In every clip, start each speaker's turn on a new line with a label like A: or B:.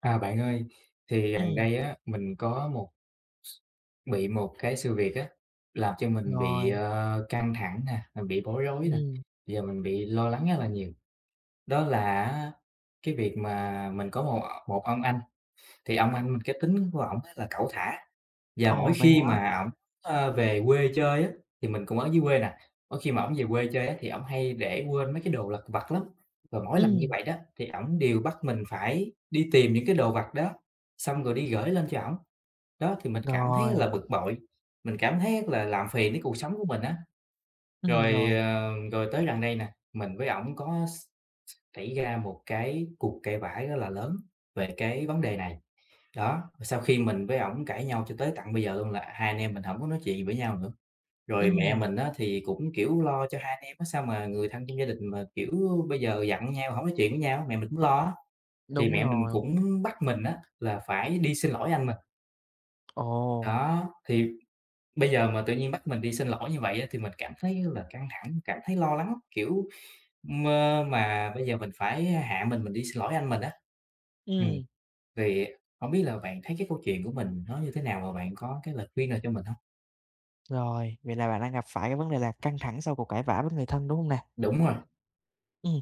A: À, bạn ơi, thì gần
B: Ừm,
A: đây á, mình có một bị một cái sự việc á, làm cho mình bị,
B: rồi,
A: căng thẳng nè, mình bị bối rối nè,
B: ừm,
A: giờ mình bị lo lắng rất là nhiều. Đó là cái việc mà mình có một một ông anh, thì ông anh mình cái tính của ổng á là cẩu thả. Và mỗi
B: ồ, vậy
A: khi
B: hả?
A: mà ổng, về quê chơi á, thì mình cũng ở dưới quê nè, mỗi khi mà ổng về quê chơi á, thì ổng hay để quên mấy cái đồ lặt vặt lắm. Và mỗi lần như
B: Ừm,
A: vậy đó, thì ổng đều bắt mình phải đi tìm những cái đồ vặt đó, xong rồi đi gởi lên cho ổng. Đó, thì mình cảm thấy là
B: rồi,
A: bực bội, mình cảm thấy là làm phiền đến cuộc sống của mình á. Rồi,
B: rồi,
A: rồi tới gần đây nè, mình với ổng có s xảy ra một cái cuộc cãi vã rất là lớn về cái vấn đề này. Đó, sau khi mình với ổng cãi nhau cho tới tận bây giờ luôn là hai anh em mình hổng có nói chuyện gì với nhau nữa. Rồi mẹ
B: ừm,
A: mình á thì cũng, kiểu, lo cho hai anh em á, sao mà người thân trong gia đình mà, kiểu, bây giờ giận nhau, hổng nói chuyện với nhau, mẹ mình cũng lo á. Thì
B: đúng
A: mẹ mình
B: rồi,
A: cũng bắt mình á là phải đi xin lỗi anh mình.
B: ồ,
A: Đó, thì bây giờ mà tự nhiên bắt mình đi xin lỗi như vậy á thì mình cảm thấy là căng thẳng, cảm thấy lo lắng, kiểu, mơ mà bây giờ mình phải hạ mình đi xin lỗi anh mình á. Ừm.
B: ừm,
A: Thì không biết là bạn thấy cái câu chuyện của mình nó như thế nào và bạn có cái lời khuyên nào cho mình hông?
B: rồi, vậy là bạn đang gặp phải cái vấn đề là căng thẳng sau cuộc cãi vã với người thân, đúng hông nè?
A: Đúng rồi.
B: Ừm,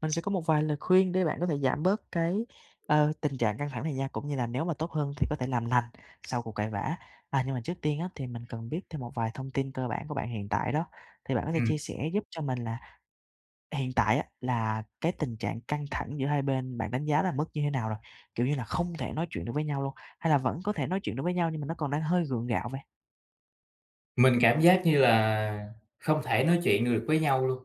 B: mình sẽ có một vài lời khuyên để bạn có thể giảm bớt cái, tình trạng căng thẳng này nha, cũng như là nếu mà tốt hơn thì có thể làm lành sau cuộc cãi vã. À, nhưng mà trước tiên á, thì mình cần biết thêm một vài thông tin cơ bản của bạn hiện tại đó, thì bạn có thể chia
A: ừm,
B: sẻ giúp cho mình là hiện tại á, là cái tình trạng căng thẳng giữa hai bên bạn đánh giá là mức như thế nào rồi? Kiểu như là, không thể nói chuyện được với nhau luôn, hay là vẫn có thể nói chuyện được với nhau nhưng mà nó còn đang hơi gượng gạo vậy?
A: mình cảm giác như là không thể nói chuyện được với nhau luôn.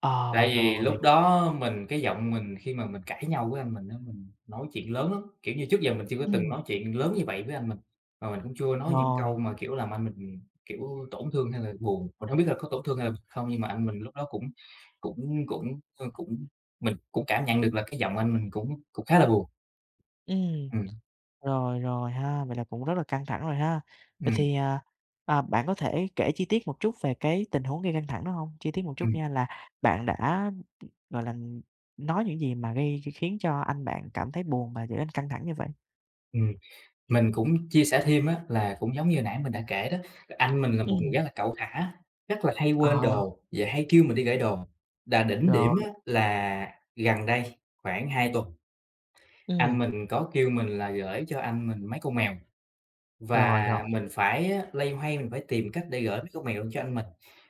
B: Ờ,
A: Tại vì
B: rồi,
A: lúc đó mình cái giọng mình khi mà mình cãi nhau với anh mình á, mình nói chuyện lớn lắm, kiểu như, trước giờ mình chưa có từng
B: ừm,
A: nói chuyện lớn như vậy với anh mình, mà mình cũng chưa nói những
B: rồi,
A: câu mà, kiểu, làm anh mình, kiểu, tổn thương hay là buồn. Mình hông biết là có tổn thương hay là không nhưng mà anh mình lúc đó cũng cũng cũng, ơ, cũng mình cũng cảm nhận được là cái giọng anh mình cũng cũng khá là buồn.
B: ừm,
A: Ừm,
B: rồi, rồi ha, vậy là cũng rất là căng thẳng rồi ha. Vậy
A: ừm.
B: thì, bạn có thể kể chi tiết một chút về cái tình huống gây căng thẳng đó không? Chi tiết một chút
A: Ừm,
B: nha, là bạn đã, gọi là, nói những gì mà gây khiến cho anh bạn cảm thấy buồn và trở nên căng thẳng như vậy?
A: ừm, mình cũng chia sẻ thêm á, là cũng giống như nãy mình đã kể đó, anh mình là một người
B: Ừm,
A: rất là cẩu thả, rất là hay
B: ờ,
A: quên đồ, và hay kêu mình đi gửi đồ. Là đỉnh điểm
B: rồi,
A: á, là gần đây khoảng 2 tuần, anh
B: ừm,
A: mình có kêu mình là gửi cho anh mình mấy con mèo.
B: rồi,
A: Và
B: rồi.
A: mình phải á loay hoay mình phải tìm cách để gửi mấy con mèo cho anh mình.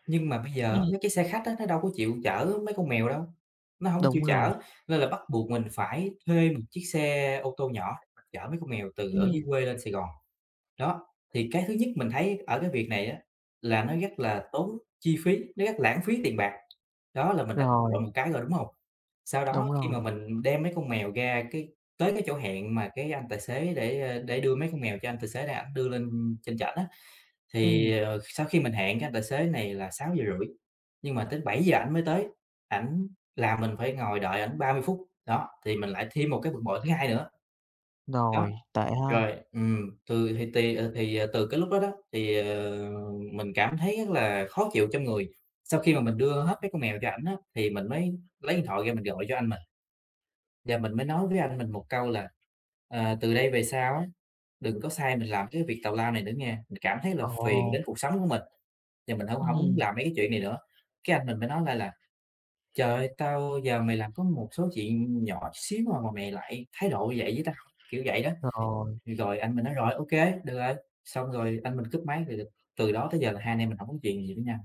A: Nhưng mà bây giờ á,
B: Ừm,
A: mấy cái xe khách á, nó đâu có chịu chở mấy con mèo đâu, nó hông có chịu
B: đúng rồi,
A: chở, nên là bắt buộc mình phải thuê một chiếc xe ô tô nhỏ chở mấy con mèo từ ở dưới
B: ừm,
A: quê lên Sài Gòn. Đó, thì cái thứ nhất mình thấy ở cái việc này á, là nó rất là tốn chi phí, nó rất lãng phí tiền bạc. Đó là mình đã
B: rồi,
A: chọn một cái rồi, đúng hông? Sau
B: đúng
A: đó khi
B: rồi,
A: mà mình đem mấy con mèo ra cái tới cái chỗ hẹn mà cái anh tài xế để, để đưa mấy con mèo cho anh tài xế này ảnh đưa lên trên trển á, thì,
B: ừm,
A: sau khi mình hẹn cái anh tài xế này là sáu giờ rưỡi nhưng mà tới bảy giờ ảnh mới tới, ảnh làm mình phải ngồi đợi ảnh 30 phút. Đó, thì mình lại thêm một cái bực bội thứ hai nữa. Đó.
B: rồi, tệ ha.
A: Rồi, từ cái lúc đó đó thì, mình cảm thấy rất là khó chịu trong người. Sau khi mà mình đưa hết mấy con mèo cho ảnh á, thì mình mới lấy điện thoại ra mình gọi cho anh mình, và mình mới nói với anh mình một câu là "Ờ, từ đây về sau á, đừng có sai mình làm cái việc tào lao này nữa nha, mình cảm thấy là phiền
B: Ồ,
A: đến cuộc sống của mình và mình hổng hổng muốn
B: ừm,
A: làm mấy cái chuyện này nữa." Cái anh mình mới nói lại là "Trời ơi, tao giờ mày làm có một số chuyện nhỏ xíu mà mày lại thái độ như vậy với tao." Kiểu vậy đó.
B: rồi,
A: Thì rồi anh mình nói: "Rồi, được rồi." Xong rồi anh mình cúp máy, thì từ đó tới giờ là hai anh em mình hổng có chuyện gì với nhau.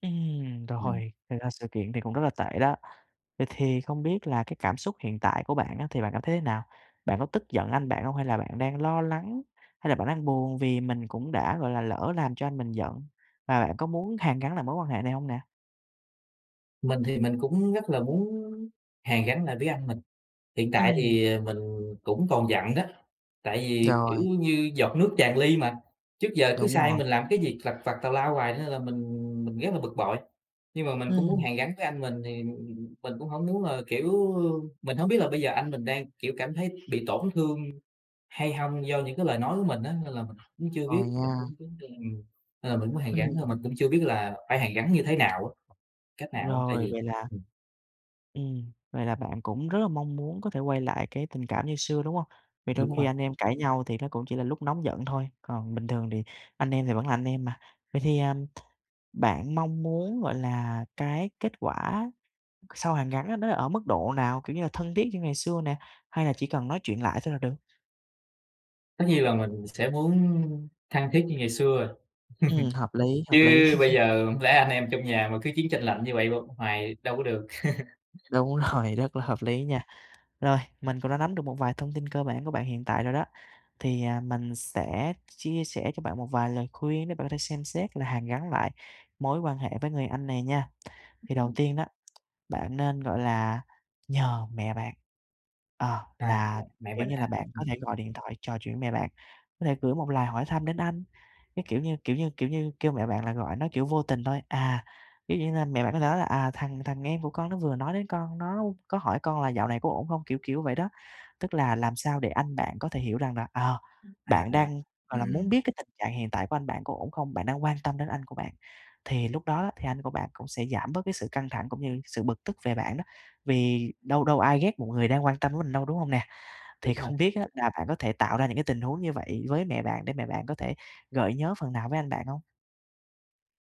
A: Ừm,
B: rồi, thì ra sự kiện thì cũng rất là tệ đó. Vậy thì không biết là cái cảm xúc hiện tại của bạn á, thì bạn cảm thấy thế nào? Bạn có tức giận anh bạn hông? Hay là bạn đang lo lắng? Hay là bạn đang buồn vì mình cũng đã, gọi là, lỡ làm cho anh mình giận? Và bạn có muốn hàn gắn lại mối quan hệ này hông nè?
A: mình thì mình cũng rất là muốn hàn gắn lại với anh mình. Hiện tại
B: Ừm,
A: thì, mình cũng còn giận đó, tại vì, kiểu
B: rồi,
A: như, giọt nước tràn ly mà, trước giờ cứ
B: đúng
A: sai
B: rồi,
A: mình làm cái việc lặt vặt tào lao hoài nên là mình rất là bực bội. Nhưng mà mình cũng muốn
B: ừm,
A: hàn gắn với anh mình thì mình cũng hổng muốn là, kiểu mình hổng biết là bây giờ anh mình đang, kiểu, cảm thấy bị tổn thương hay hông do những cái lời nói của mình á, nên là mình cũng chưa biết,
B: rồi
A: mình
B: nha,
A: cũng cứ nên là mình cũng hàn gắn
B: ừm,
A: thôi, mình cũng chưa biết là phải hàn gắn như thế nào á, cách nào á, tại
B: rồi,
A: vì
B: vậy là
A: ừm,
B: Ừm, vậy là bạn cũng rất là mong muốn có thể quay lại cái tình cảm như xưa, đúng không? Vì đôi
A: đúng
B: khi
A: rồi,
B: anh em cãi nhau thì nó cũng chỉ là lúc nóng giận thôi, còn bình thường thì anh em thì vẫn là anh em mà. Vậy thì, bạn mong muốn, gọi là, cái kết quả sau hàn gắn á nó ở mức độ nào? Kiểu như là thân thiết như ngày xưa nè, hay là chỉ cần nói chuyện lại thôi là được?
A: tất nhiên là mình sẽ muốn thân thiết như ngày xưa rồi,
B: Hợp lý,
A: chứ
B: hợp lý.
A: bây giờ hổng lẽ anh em trong nhà mà cứ chiến tranh lạnh như vậy hoài đâu có được.
B: Đúng rồi, rất là hợp lý nha. Rồi, mình cũng đã nắm được một vài thông tin cơ bản của bạn hiện tại rồi đó. Thì, mình sẽ chia sẻ cho bạn một vài lời khuyên để bạn có thể xem xét là hàn gắn lại mối quan hệ với người anh này nha. Thì đầu
A: Ừm,
B: tiên đó, bạn nên, gọi là, nhờ mẹ bạn, ờ,
A: mẹ
B: là,
A: mẹ
B: kiểu
A: mình
B: như là,
A: ha.
B: bạn có
A: ừm,
B: thể gọi điện thoại trò chuyện với mẹ bạn, có thể gửi một lời hỏi thăm đến anh. Cái kiểu như, kêu mẹ bạn là gọi nó, kiểu, vô tình thôi, ví dụ như là mẹ bạn có thể nói là "À, thằng thằng em của con nó vừa nói đến con, nó có hỏi con là dạo này có ổn không?" Kiểu kiểu vậy đó. Tức là làm sao để anh bạn có thể hiểu rằng là,
A: à,
B: bạn đang, gọi là, muốn
A: ừm,
B: biết cái tình trạng hiện tại của anh bạn có ổn không, bạn đang quan tâm đến anh của bạn. Thì lúc đó thì anh của bạn cũng sẽ giảm bớt cái sự căng thẳng cũng như sự bực tức về bạn đó, vì đâu đâu ai ghét một người đang quan tâm đến mình đâu, đúng không nè? Thì
A: đúng rồi,
B: không biết á là bạn có thể tạo ra những cái tình huống như vậy với mẹ bạn để mẹ bạn có thể gợi nhớ phần nào với anh bạn không?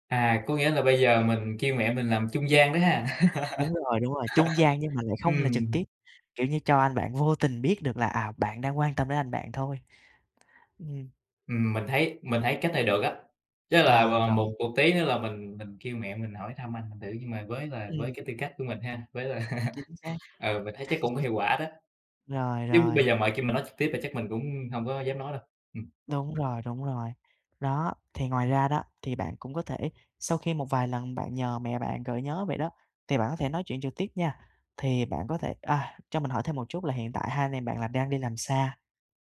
A: à, có nghĩa là bây giờ mình kêu mẹ mình làm trung gian đó ha.
B: Đúng rồi, đúng rồi, trung gian nhưng mà lại không là trực
A: Ừm.
B: tiếp, kiểu như, cho anh bạn vô tình biết được là, bạn đang quan tâm đến anh bạn thôi. Ừm,
A: Mình thấy cách này được á. Chắc là,
B: à,
A: một
B: rồi,
A: một tí nữa là mình kêu mẹ mình hỏi thăm anh mình thử, nhưng mà với là với
B: ừm,
A: cái tư cách của mình ha, với là
B: chính xác,
A: ừ, mình thấy chắc cũng có hiệu quả đó,
B: rồi,
A: chứ
B: rồi.
A: bây giờ mời kêu mình nói trực tiếp là chắc mình cũng không có dám nói đâu. Ừm.
B: Đúng rồi, đúng rồi. Đó, thì ngoài ra đó, thì bạn cũng có thể sau khi một vài lần bạn nhờ mẹ bạn gợi nhớ vậy đó, thì bạn có thể nói chuyện trực tiếp nha. Thì bạn có thể cho mình hỏi thêm một chút là hiện tại hai anh em bạn là đang đi làm xa,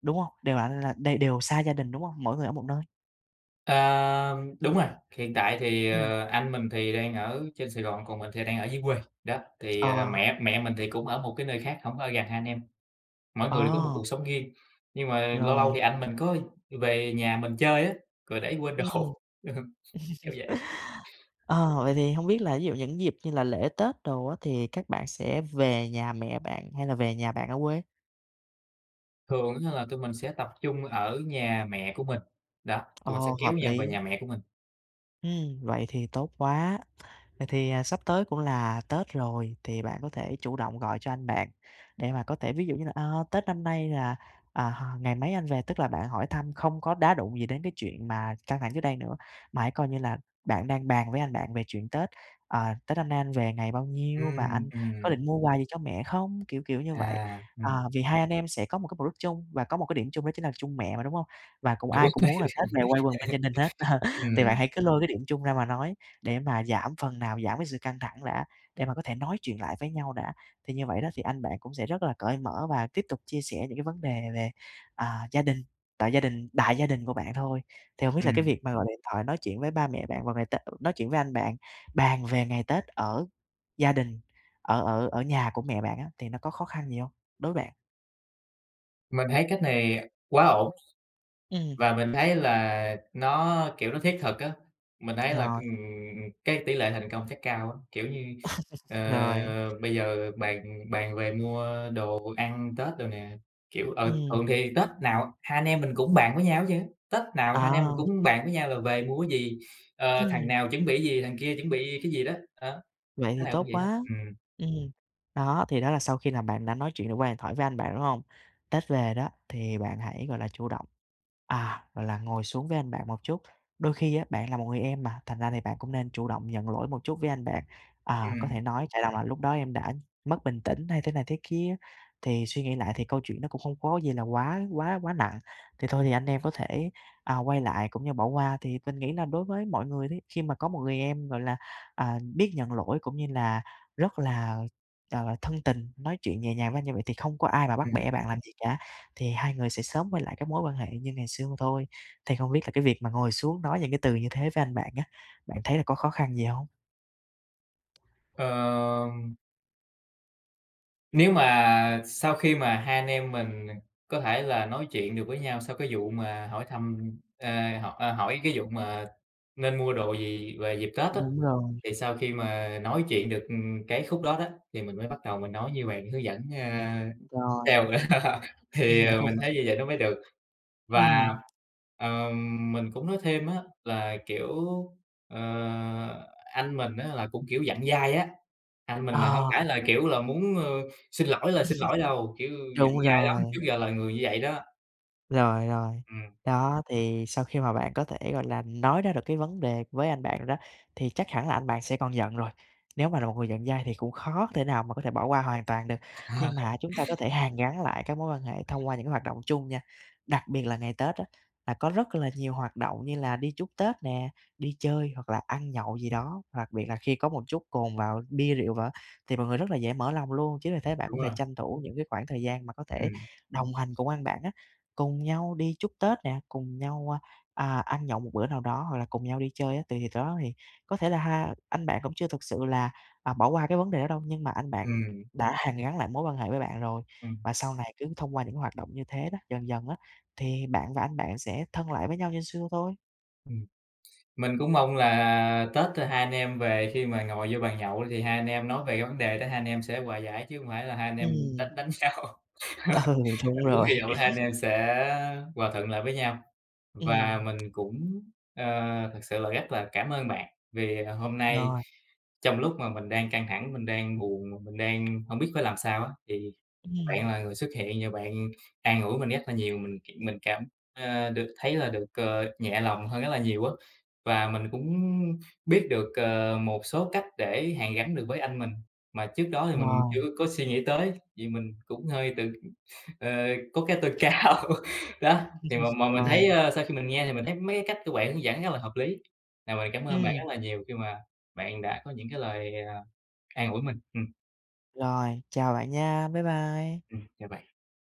B: đúng hông? Đều là đều đều xa gia đình, đúng hông? Mỗi người ở một nơi.
A: Ờ, đúng rồi, hiện tại thì,
B: Ừm,
A: anh mình thì đang ở trên Sài Gòn, còn mình thì đang ở dưới quê. Đó, thì,
B: ờ,
A: mẹ mẹ mình thì cũng ở một cái nơi khác, không có ở gần hai anh em, mỗi người đều có một
B: ờ,
A: cuộc sống riêng. Nhưng mà lâu lâu
B: rồi,
A: thì anh mình có về nhà mình chơi á, rồi để quên
B: ừm.
A: đồ, ừ, kiểu vậy.
B: Ờ, vậy thì hông biết là ví dụ những dịp như là lễ Tết đồ á, thì các bạn sẽ về nhà mẹ bạn hay là về nhà bạn ở quê?
A: Thường á là tụi mình sẽ tập trung ở nhà mẹ của mình, đó, tụi mình sẽ
B: Ồ,
A: kéo
B: hợp
A: nhau về
B: lý.
A: nhà mẹ của mình.
B: Vậy thì tốt quá. Vậy thì, sắp tới cũng là Tết rồi, thì bạn có thể chủ động gọi cho anh bạn để mà có thể ví dụ như là, Tết năm nay là, à, h ngày mấy anh về, tức là bạn hỏi thăm không có đá đụng gì đến cái chuyện mà căng thẳng trước đây nữa, mà hãy coi như là bạn đang bàn với anh bạn về chuyện Tết, "Tết năm nay anh về ngày bao nhiêu và
A: Ừm,
B: anh có
A: ừm,
B: định mua quà gì cho mẹ không?" Kiểu, kiểu như
A: à,
B: vậy.
A: ừm,
B: Ờ, vì hai anh em sẽ có một cái mục đích chung và có một cái điểm chung đó chính là chung mẹ mà, đúng không? Và cũng
A: đúng
B: ai cũng muốn là Tết về
A: rồi.
B: quây quần bên gia đình hết. Thì bạn
A: Ừm,
B: hãy cứ lôi cái điểm chung ra mà nói, để mà giảm phần nào giảm cái sự căng thẳng đã, để mà có thể nói chuyện lại với nhau đã. Thì như vậy đó thì anh bạn cũng sẽ rất là cởi mở và tiếp tục chia sẻ những cái vấn đề về, gia đình, tại gia đình đại gia đình của bạn thôi. Thì hông biết là cái
A: ừm,
B: việc mà gọi điện thoại nói chuyện với ba mẹ bạn vào ngày Tết nói chuyện với anh bạn, bàn về ngày Tết ở gia đình, ở ở ở nhà của mẹ bạn á, thì nó có khó khăn gì hông? Đối với bạn.
A: mình thấy cách này quá ổn.
B: Ừm,
A: Và mình thấy là nó, kiểu, nó thiết thực á, mình thấy là,
B: rồi,
A: cái tỷ lệ thành công sẽ cao á. Kiểu như,
B: rồi,
A: ờ, bây giờ bàn bàn về mua đồ ăn Tết đồ nè, kiểu, ờ,
B: ừm,
A: thường thì Tết nào hai anh em mình cũng bàn với nhau hết trơn á, Tết nào hai anh em mình
B: ờ,
A: cũng bàn với nhau là về mua cái gì, ờ, thằng
B: ừm.
A: nào chuẩn bị gì, thằng kia chuẩn bị cái gì đó, đó,
B: Vậy thì
A: cái nào
B: tốt
A: cũng vậy hết.
B: quá.
A: Ừm,
B: Ừm. Đó, thì đó là sau khi là bạn đã nói chuyện được qua điện thoại với anh bạn, đúng không, Tết về đó thì bạn hãy, gọi là, chủ động. À, gọi là, ngồi xuống với anh bạn một chút. Đôi khi á, bạn là một người em mà, thành ra thì bạn cũng nên chủ động nhận lỗi một chút với anh bạn. À, có
A: ừm,
B: thể nói "Tại rằng là lúc đó em đã mất bình tĩnh" hay thế này thế kia, thì suy nghĩ lại thì câu chuyện nó cũng không có gì là quá quá quá nặng. Thì thôi thì anh em có thể, quay lại cũng như bỏ qua. Thì mình nghĩ là đối với mọi người thì khi mà có một người em, gọi là, biết nhận lỗi cũng như là rất là, thân tình, nói chuyện nhẹ nhàng với anh như vậy thì không có ai mà bắt
A: ừm.
B: bẻ bạn làm gì cả thì hai người sẽ sớm quay lại các mối quan hệ như ngày xưa thôi. Thì không biết là cái việc mà ngồi xuống nói những cái từ như thế với anh bạn á, bạn thấy là có khó khăn gì không?
A: Ờ, nếu mà sau khi mà hai anh em mình có thể là nói chuyện được với nhau sau cái vụ mà hỏi thăm, hỏi cái vụ mà nên mua đồ gì về dịp Tết á,
B: Đúng rồi,
A: thì sau khi mà nói chuyện được, ừ, cái khúc đó đó, thì mình mới bắt đầu mình nói như bạn hướng dẫn,
B: rồi.
A: theo. Thì, ờ, mình thấy như vậy nó mới được. Và,
B: Ừm.
A: mình cũng nói thêm á là, kiểu, ờ, anh mình á là cũng, kiểu, dặn dai á, anh mình là hông
B: Ờ,
A: phải là, kiểu là, muốn, xin lỗi là xin lỗi đâu, kiểu, dặn
B: đúng
A: dai lắm, trước
B: rồi.
A: giờ là người như vậy đó.
B: Rồi, rồi.
A: Ừm,
B: Đó, thì sau khi mà bạn có thể, gọi là, nói ra được cái vấn đề với anh bạn đó, thì chắc hẳn là anh bạn sẽ còn giận rồi. Nếu mà là một người giận dai thì cũng khó thể nào mà có thể bỏ qua hoàn toàn được. Nhưng mà chúng ta có thể hàn gắn lại các mối quan hệ thông qua những cái hoạt động chung nha. Đặc biệt là ngày Tết á, là có rất là nhiều hoạt động như là đi chúc Tết nè, đi chơi hoặc là ăn nhậu gì đó. Đặc biệt là khi có một chút cồn vào, bia rượu vào thì mọi người rất là dễ mở lòng luôn. Chính vì thế bạn có
A: đúng
B: thể
A: rồi.
B: tranh thủ những cái khoảng thời gian mà có thể
A: ừm,
B: đồng hành cùng anh bạn á, cùng nhau đi chúc Tết nè, cùng nhau, ăn nhậu một bữa nào đó hoặc là cùng nhau đi chơi á, thì đó thì có thể là ha anh bạn cũng chưa thực sự là, bỏ qua cái vấn đề đó đâu, nhưng mà anh bạn
A: ừm,
B: đã hàn gắn lại mối quan hệ với bạn rồi.
A: ừm,
B: Và sau này cứ thông qua những hoạt động như thế đó, dần dần á, thì bạn và anh bạn sẽ thân lại với nhau như xưa thôi.
A: ừm. Mình cũng mong là Tết hai anh em về khi mà ngồi vô bàn nhậu thì hai anh em nói về cái vấn đề đó, hai anh em sẽ hòa giải chứ hông phải là hai anh em
B: Ừm,
A: đánh đánh nhau.
B: ừ, đúng
A: Mình cũng
B: rồi.
A: hy vọng là hai anh em sẽ hòa thuận lại với nhau.
B: Ừm,
A: Và mình cũng, ờ, thật sự là rất là cảm ơn bạn vì hôm nay
B: rồi,
A: trong lúc mà mình đang căng thẳng, mình đang buồn, mà mình đang không biết phải làm sao á, thì
B: ừm,
A: bạn là người xuất hiện và bạn an ủi mình rất là nhiều. Mình được thấy là được, nhẹ lòng hơn rất là nhiều á, và mình cũng biết được, một số cách để hàn gắn được với anh mình, mà trước đó thì mình
B: rồi,
A: chưa có suy nghĩ tới, vì mình cũng hơi tự, ờ, có cái tôi cao, đó. Thì mà mà mình
B: rồi,
A: thấy, sau khi mình nghe thì mình thấy mấy cái cách của bạn hướng dẫn rất là hợp lý. Là mình cảm ơn bạn
B: ừm,
A: rất là nhiều khi mà bạn đã có những cái lời, à, an ủi mình.
B: rồi, chào bạn nha, bye bye.
A: Chào bạn.